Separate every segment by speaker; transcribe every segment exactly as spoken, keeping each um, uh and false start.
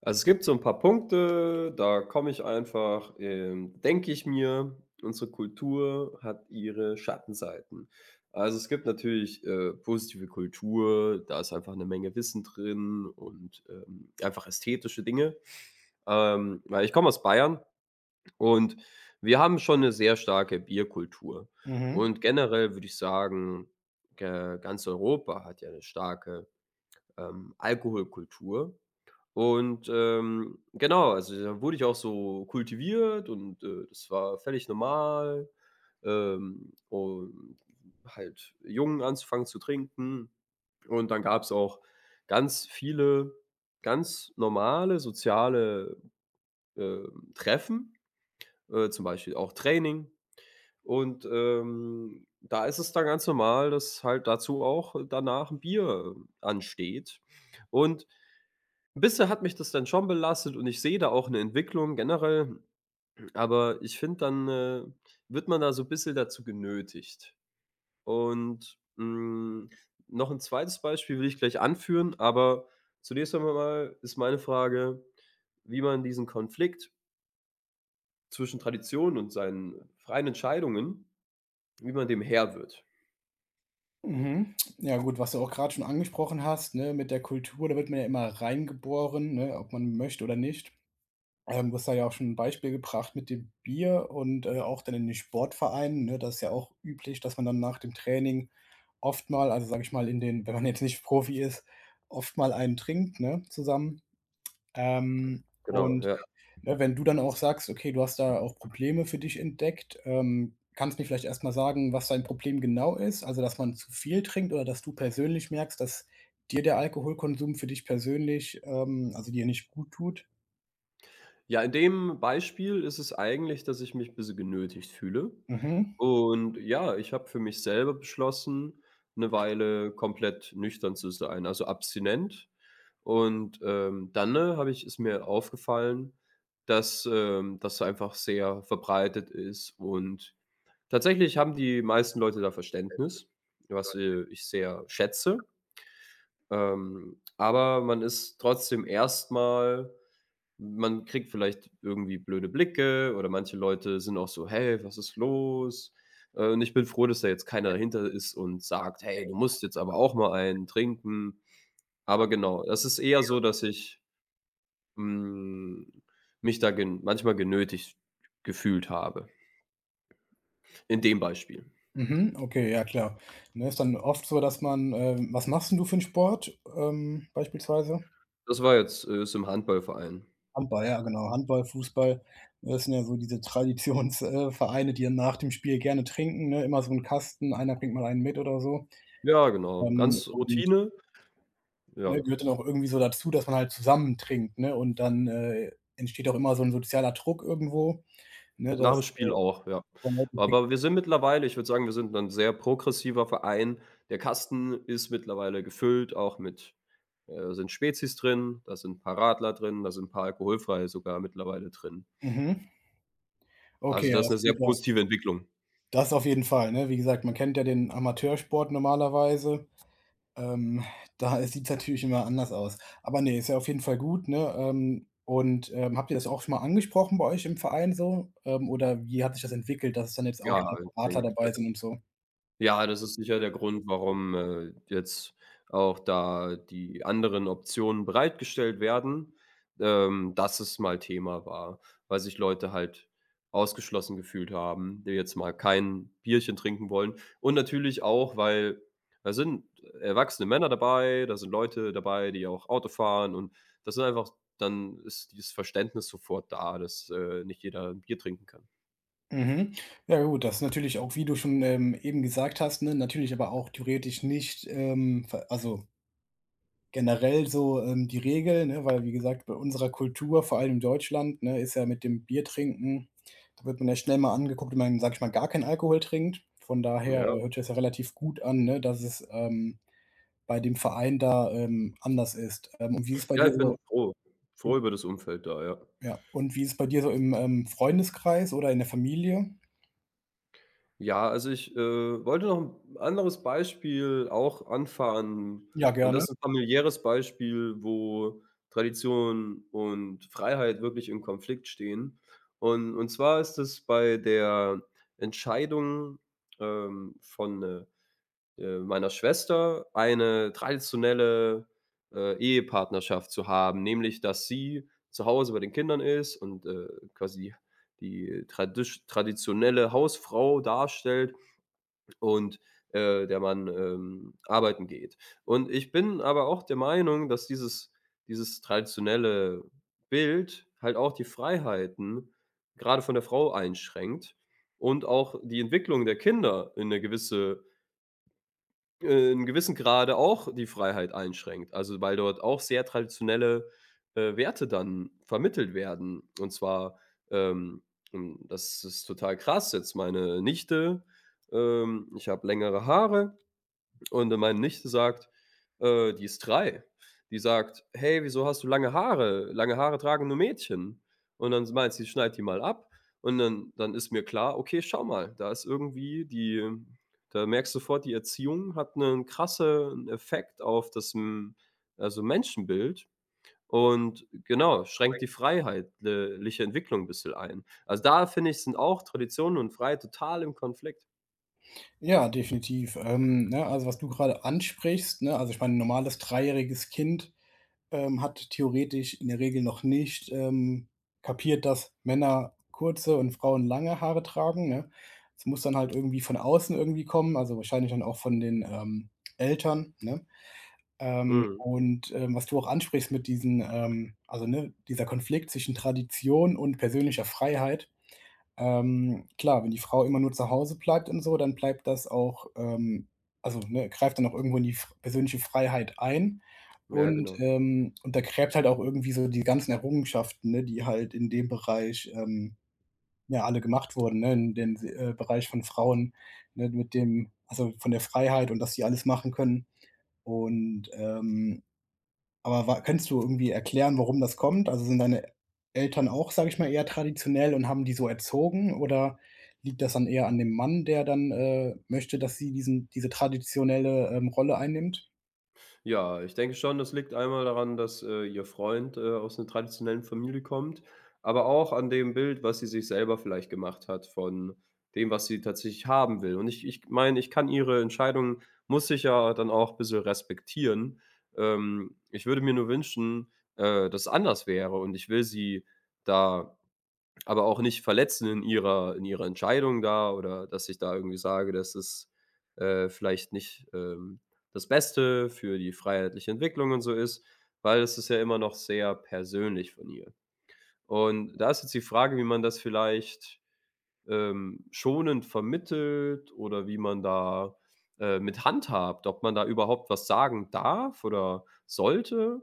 Speaker 1: Also, es gibt so ein paar Punkte, da komme ich einfach ähm, denke ich mir, unsere Kultur hat ihre Schattenseiten. Also, es gibt natürlich, äh, positive Kultur, da ist einfach eine Menge Wissen drin und, ähm, einfach ästhetische Dinge. Ähm, weil ich komme aus Bayern und wir haben schon eine sehr starke Bierkultur.
Speaker 2: Mhm,
Speaker 1: Und generell würde ich sagen, ge ganz Europa hat ja eine starke, ähm, Alkoholkultur. Und, ähm, genau, also, da wurde ich auch so kultiviert und, äh, das war völlig normal, ähm, und halt jung anzufangen zu trinken. Und dann gab es auch ganz viele ganz normale soziale, ähm, Treffen, äh, zum Beispiel auch Training. Und, ähm, da ist es dann ganz normal, dass halt dazu auch danach ein Bier ansteht. Und ein Bisschen hat mich das dann schon belastet und ich sehe da auch 'ne Entwicklung generell, aber ich finde, dann, äh, wird man da so bisschen dazu genötigt. Und, hm, noch 'n zweites Beispiel will ich gleich anführen, aber zunächst einmal mal ist meine Frage, wie man diesen Konflikt zwischen Tradition und seinen freien Entscheidungen wie man dem Herr wird.
Speaker 2: mhm. Ja gut, was du auch gerade schon angesprochen hast, ne, mit der Kultur, da wird man ja immer reingeboren, ne, ob man möchte oder nicht. Ähm, du hast da ja auch schon ein Beispiel gebracht mit dem Bier und, äh, auch dann in den Sportvereinen, ne? Das ist ja auch üblich, dass man dann nach dem Training oft mal also, sage ich mal, in den wenn man jetzt nicht Profi ist, oft mal einen trinkt, ne, zusammen. Ähm,
Speaker 1: Genau,
Speaker 2: und
Speaker 1: ja.
Speaker 2: Ne, wenn du dann auch sagst, okay, du hast da auch Probleme für dich entdeckt, ähm, kannst mir vielleicht erst mal sagen, was dein Problem genau ist? Also, dass man zu viel trinkt oder dass du persönlich merkst, dass dir der Alkoholkonsum für dich persönlich, ähm also dir nicht gut tut?
Speaker 1: Ja, in dem Beispiel ist es eigentlich, dass ich mich 'n bisschen genötigt fühle.
Speaker 2: Mhm.
Speaker 1: Und ja, ich habe für mich selber beschlossen, eine Weile komplett nüchtern zu sein, also abstinent. Und, ähm, dann, ne, habe ich ist mir aufgefallen, dass, ähm, das einfach sehr verbreitet ist und tatsächlich haben die meisten Leute da Verständnis, was, äh, ich sehr schätze. Ähm, aber man ist trotzdem erstmal man kriegt vielleicht irgendwie blöde Blicke oder manche Leute sind auch so: „Hey, was ist los?“ Äh, und ich bin froh, dass da jetzt keiner dahinter ist und sagt: „Hey, du musst jetzt aber auch mal einen trinken.“ Aber genau, das ist eher so, dass ich, hm, mich da gen manchmal genötigt gefühlt habe, in dem Beispiel.
Speaker 2: Mhm. Okay, ja klar. Ne, ist dann oft so, dass man ähm, was machst 'n du für 'n Sport, ähm, beispielsweise?
Speaker 1: Das war jetzt, äh ist im Handballverein.
Speaker 2: Handball, ja genau. Handball, Fußball, ne, das sind ja so diese Traditions äh, Vereine, die dann nach dem Spiel gerne trinken, ne? Immer so 'n Kasten, einer bringt mal einen mit oder so.
Speaker 1: Ja, genau,
Speaker 2: Ähm,
Speaker 1: ganz
Speaker 2: und,
Speaker 1: Routine,
Speaker 2: ne,
Speaker 1: ja.
Speaker 2: gehört dann auch irgendwie so dazu, dass man halt zusammen trinkt, ne? Und dann, äh, entsteht auch immer so ein sozialer Druck irgendwo, ne,
Speaker 1: Nach
Speaker 2: dass,
Speaker 1: dem
Speaker 2: äh,
Speaker 1: Spiel auch, ja.
Speaker 2: man Leute bringt.
Speaker 1: Aber wir sind mittlerweile ich würde sagen, wir sind ein sehr progressiver Verein. Der Kasten ist mittlerweile gefüllt, auch mit äh, sind Spezies drin, da sind ein paar Radler drin, da sind ein paar alkoholfreie sogar mittlerweile drin.
Speaker 2: Mhm. Okay,
Speaker 1: Also,
Speaker 2: ja,
Speaker 1: das ist
Speaker 2: das
Speaker 1: eine sehr
Speaker 2: klingt ja
Speaker 1: positive Entwicklung.
Speaker 2: das auf jeden Fall, ne? Wie gesagt, man kennt ja den Amateursport normalerweise. Ähm, da sieht es natürlich immer anders aus. Aber ne, ist ja auf jeden Fall gut, ne? Ähm, und, ähm, habt ihr das auch schon mal angesprochen bei euch im Verein so? Ähm, oder wie hat sich das entwickelt, dass es dann jetzt auch
Speaker 1: Ja,
Speaker 2: Ja.
Speaker 1: ich
Speaker 2: Referatler
Speaker 1: denke,
Speaker 2: dabei sind
Speaker 1: das
Speaker 2: und so?
Speaker 1: Ja, das ist sicher der Grund, warum, äh, jetzt auch da die anderen Optionen bereitgestellt werden, ähm, dass es mal Thema war, weil sich Leute halt ausgeschlossen gefühlt haben, die jetzt mal kein Bierchen trinken wollen. Und natürlich auch, weil da sind erwachsene Männer dabei, da sind Leute dabei, die auch Auto fahren und das sind einfach dann ist dieses Verständnis sofort da, dass, äh, nicht jeder 'n Bier trinken kann.
Speaker 2: Mhm. Ja gut, das ist natürlich auch, wie du schon, ähm, eben gesagt hast, ne, natürlich aber auch theoretisch nicht, ähm, ver also generell so, ähm, die Regel, ne, weil wie gesagt, bei unserer Kultur, vor allem in Deutschland, ne, ist ja mit dem Biertrinken da wird man ja schnell mal angeguckt, wenn man, sag ich mal, gar keinen Alkohol trinkt. Von daher,
Speaker 1: Ja,
Speaker 2: äh, hört sich das ja relativ gut an, ne, dass es, ähm, bei dem Verein da, ähm, anders ist. Ähm, und wie ist es bei Ja.
Speaker 1: ja,
Speaker 2: dir
Speaker 1: ich
Speaker 2: so
Speaker 1: bin froh froh über das Umfeld da, ja.
Speaker 2: ja, und wie ist es bei dir so im, ähm, Freundeskreis oder in der Familie?
Speaker 1: Ja, also ich, äh, wollte noch 'n anderes Beispiel auch anfahren
Speaker 2: Ja,
Speaker 1: und
Speaker 2: gerne.
Speaker 1: das 'n familiäres Beispiel, wo Tradition und Freiheit wirklich im Konflikt stehen. Und und zwar ist es bei der Entscheidung, ähm, von, äh äh, meiner Schwester eine traditionelle, äh, Ehepartnerschaft zu haben, nämlich dass sie zu Hause bei den Kindern ist und, äh, quasi die tradisch traditionelle Hausfrau darstellt und, äh, der Mann, ähm, arbeiten geht. Und ich bin aber auch der Meinung, dass dieses dieses traditionelle Bild halt auch die Freiheiten gerade von der Frau einschränkt und auch die Entwicklung der Kinder in eine gewisse äh, in gewissem Grade auch die Freiheit einschränkt. Also, weil dort auch sehr traditionelle, äh, Werte dann vermittelt werden. Und zwar, ähm, hm, das ist total krass jetzt meine Nichte, ähm ich habe längere Haare und, äh, meine Nichte sagt äh, die ist drei, die sagt: „Hey, wieso hast du lange Haare? Lange Haare tragen nur Mädchen.“ Und dann s meint sie, schneid die mal ab. Und dann dann ist mir klar: „Okay, schau mal, da ist irgendwie die da merkst du sofort, die Erziehung hat einen krassen Effekt auf das, hm, also, Menschenbild und genau, schränkt die Freiheitliche le liche Entwicklung ein bisschen ein.“ Also, da finde ich, sind auch Traditionen und Freiheit total im Konflikt.
Speaker 2: Ja, definitiv. Ähm, ne, also was du gerade ansprichst, ne, also ich meine, 'n normales dreijähriges Kind, ähm, hat theoretisch in der Regel noch nicht, ähm, kapiert, dass Männer kurze und Frauen lange Haare tragen, ne? Es muss dann halt irgendwie von außen irgendwie kommen, also wahrscheinlich dann auch von den, ähm, Eltern, ne? Ähm, Mhm.
Speaker 1: Mhm.
Speaker 2: Und, ähm, was du auch ansprichst mit diesen, ähm also, ne, dieser Konflikt zwischen Tradition und persönlicher Freiheit ähm, klar, wenn die Frau immer nur zu Hause bleibt und so, dann bleibt das auch ähm, also, ne, greift dann auch irgendwo in die f persönliche Freiheit ein. Mhm.
Speaker 1: Ja,
Speaker 2: Und,
Speaker 1: genau.
Speaker 2: ähm untergräbt halt auch irgendwie so die ganzen Errungenschaften, ne, die halt in dem Bereich, ähm, ja, alle gemacht wurden, ne, in dem äh, Bereich von Frauen, ne, mit dem also, von der Freiheit und dass sie alles machen können und, ähm aber wa kannst du irgendwie erklären, warum das kommt? Also, sind deine Eltern auch, sage ich mal, eher traditionell und haben die so erzogen oder liegt das dann eher an dem Mann, der dann, äh, möchte, dass sie diesen diese traditionelle, ähm, Rolle einnimmt?
Speaker 1: Ja, ich denke schon, das liegt einmal daran, dass, äh, ihr Freund, äh, aus einer traditionellen Familie kommt, aber auch an dem Bild, was sie sich selber vielleicht gemacht hat von dem, was sie tatsächlich haben will. Und ich ich meine, ich kann ihre Entscheidung muss ich ja dann auch ein bisschen respektieren. Ähm, ich würde mir nur wünschen, äh, dass es anders wäre und ich will sie da aber auch nicht verletzen in ihrer in ihrer Entscheidung da oder dass ich da irgendwie sage, das ist, äh, vielleicht nicht, ähm, das Beste für die freiheitliche Entwicklung und so ist, weil es ist ja immer noch sehr persönlich von ihr. Und da ist jetzt die Frage, wie man das vielleicht, ähm, schonend vermittelt oder wie man da, äh, mit handhabt, ob man da überhaupt was sagen darf oder sollte,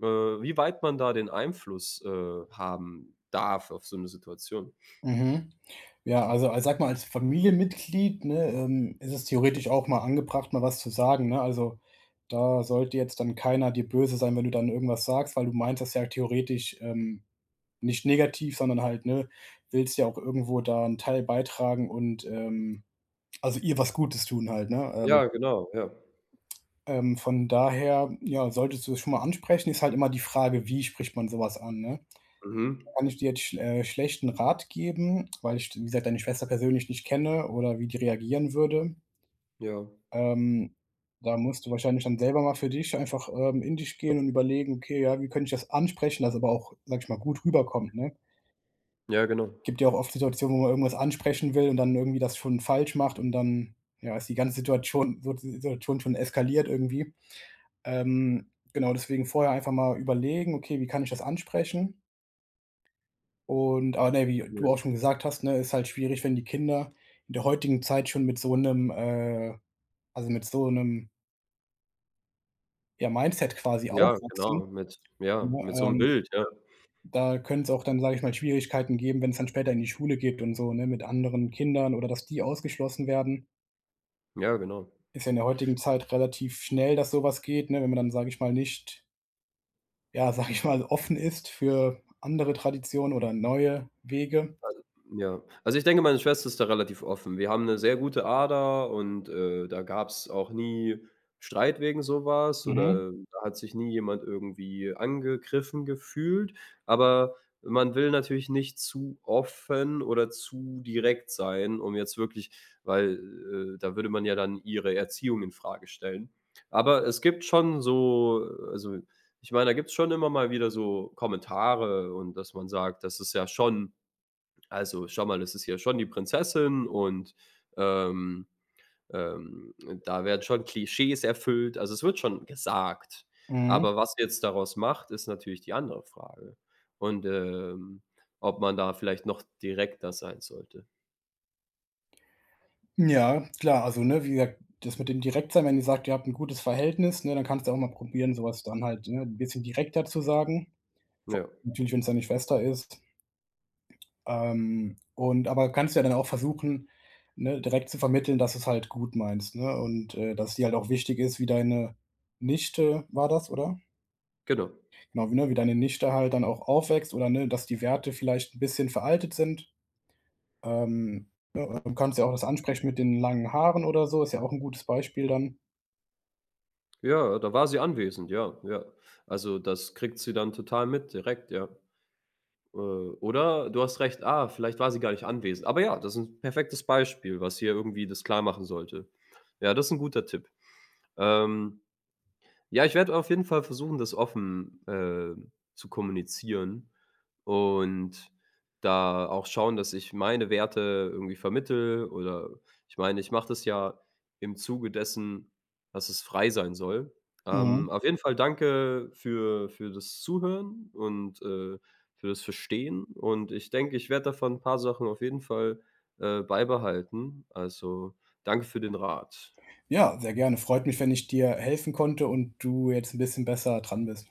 Speaker 1: äh, wie weit man da den Einfluss, äh, haben darf auf so eine Situation.
Speaker 2: Mhm. Ja, also, al sage mal, als Familienmitglied, ne, ähm, ist es theoretisch auch mal angebracht, mal was zu sagen, ne? Also, da sollte jetzt dann keiner dir böse sein, wenn du dann irgendwas sagst, weil du meinst, meintest ja theoretisch, ähm Nicht negativ, sondern halt, ne, willst ja auch irgendwo da 'n Teil beitragen und, ähm also, ihr was Gutes tun halt, ne? Ja. Ähm
Speaker 1: Ja, genau, ja.
Speaker 2: ähm, von daher, ja, solltest du es schon mal ansprechen, ist halt immer die Frage, wie spricht man so was an, ne?
Speaker 1: Mhm.
Speaker 2: Kann ich dir jetzt schl äh, schlechten Rat geben, weil ich, wie gesagt, deine Schwester persönlich nicht kenne oder wie die reagieren würde.
Speaker 1: Ja.
Speaker 2: Ähm, da musst du wahrscheinlich dann selber mal für dich einfach, ähm, in dich gehen und überlegen: „Okay, ja, wie könnte ich das ansprechen, dass aber auch, sage ich mal, gut rüberkommt, ne?“
Speaker 1: Ja, genau.
Speaker 2: Gibt ja auch oft Situationen, wo man irgendwas ansprechen will und dann irgendwie das schon falsch macht und dann, ja, ist die ganze Situation so Situation schon eskaliert irgendwie. Ähm, genau, deswegen vorher einfach mal überlegen: „Okay, wie kann ich das ansprechen?“ Und aber ne, wie du
Speaker 1: Ja,
Speaker 2: auch schon gesagt hast, ne, ist halt schwierig, wenn die Kinder in der heutigen Zeit schon mit so 'nem, äh also, mit so 'nem, ja, Mindset quasi
Speaker 1: ja,
Speaker 2: aufwachsen,
Speaker 1: genau, mit ja,
Speaker 2: ne?
Speaker 1: mit so 'nem
Speaker 2: Ähm,
Speaker 1: Bild, ja.
Speaker 2: da können's auch dann, sage ich mal, Schwierigkeiten geben, wenn's dann später in die Schule geht und so, ne, mit anderen Kindern oder dass die ausgeschlossen werden.
Speaker 1: Ja, genau.
Speaker 2: Ist ja in der heutigen Zeit relativ schnell, dass so was geht, ne? Wenn man dann, sage ich mal, nicht, ja, sage ich mal, offen ist für andere Traditionen oder neue Wege.
Speaker 1: Ja, also ich denke, meine Schwester ist da relativ offen. Wir haben eine sehr gute Ader und, äh, da gab's auch nie Streit wegen so was
Speaker 2: Mhm,
Speaker 1: oder da hat sich nie jemand irgendwie angegriffen gefühlt. Aber man will natürlich nicht zu offen oder zu direkt sein, um jetzt wirklich weil, äh, da würde man ja dann ihre Erziehung in Frage stellen. Aber es gibt schon so also, ich meine, da gibt's schon immer mal wieder so Kommentare und dass man sagt, das ist ja schon also, schau mal, das ist hier schon die Prinzessin und, ähm, ähm, da werden schon Klischees erfüllt. Also, es wird schon gesagt.
Speaker 2: mhm.
Speaker 1: Aber was ihr jetzt daraus macht, ist natürlich die andere Frage. Und, ähm, ob man da vielleicht noch direkter sein sollte.
Speaker 2: Ja, klar, also, ne, wie gesagt, das mit dem Direktsein, wenn ihr sagt, ihr habt 'n gutes Verhältnis, ne, dann kannst du auch mal probieren, so was dann halt, ne, 'n bisschen direkter zu sagen.
Speaker 1: Ja,
Speaker 2: Natürlich, wenn's deine Schwester ist. Ähm, und aber kannst ja dann auch versuchen, ne, direkt zu vermitteln, dass du's halt gut meinst, ne, und, äh, dass dir halt auch wichtig ist, wie deine Nichte war das, oder?
Speaker 1: genau.
Speaker 2: Genau, wie ne, wie deine Nichte halt dann auch aufwächst oder, ne, dass die Werte vielleicht 'n bisschen veraltet sind. Ähm, ne, du kannst ja auch das ansprechen mit den langen Haaren oder so, ist ja auch 'n gutes Beispiel dann.
Speaker 1: Ja, da war sie anwesend, ja, ja. Also, das kriegt sie dann total mit direkt, ja. Äh, oder du hast recht, ah, vielleicht war sie gar nicht anwesend. Aber ja, das ist ein perfektes Beispiel, was hier irgendwie das klarmachen sollte. Ja, das ist ein guter Tipp. Ähm ja, ich werde auf jeden Fall versuchen, das offen, äh, zu kommunizieren und da auch schauen, dass ich meine Werte irgendwie vermittle oder ich meine, ich mache das ja im Zuge dessen, dass es frei sein soll.
Speaker 2: Mhm.
Speaker 1: Ähm, auf jeden Fall danke für für das Zuhören und, äh, für das Verstehen und ich denke, ich werde davon ein paar Sachen auf jeden Fall, äh, beibehalten. Also, danke für den Rat.
Speaker 2: Ja, sehr gerne. Freut mich, wenn ich dir helfen konnte und du jetzt 'n bisschen besser dran bist.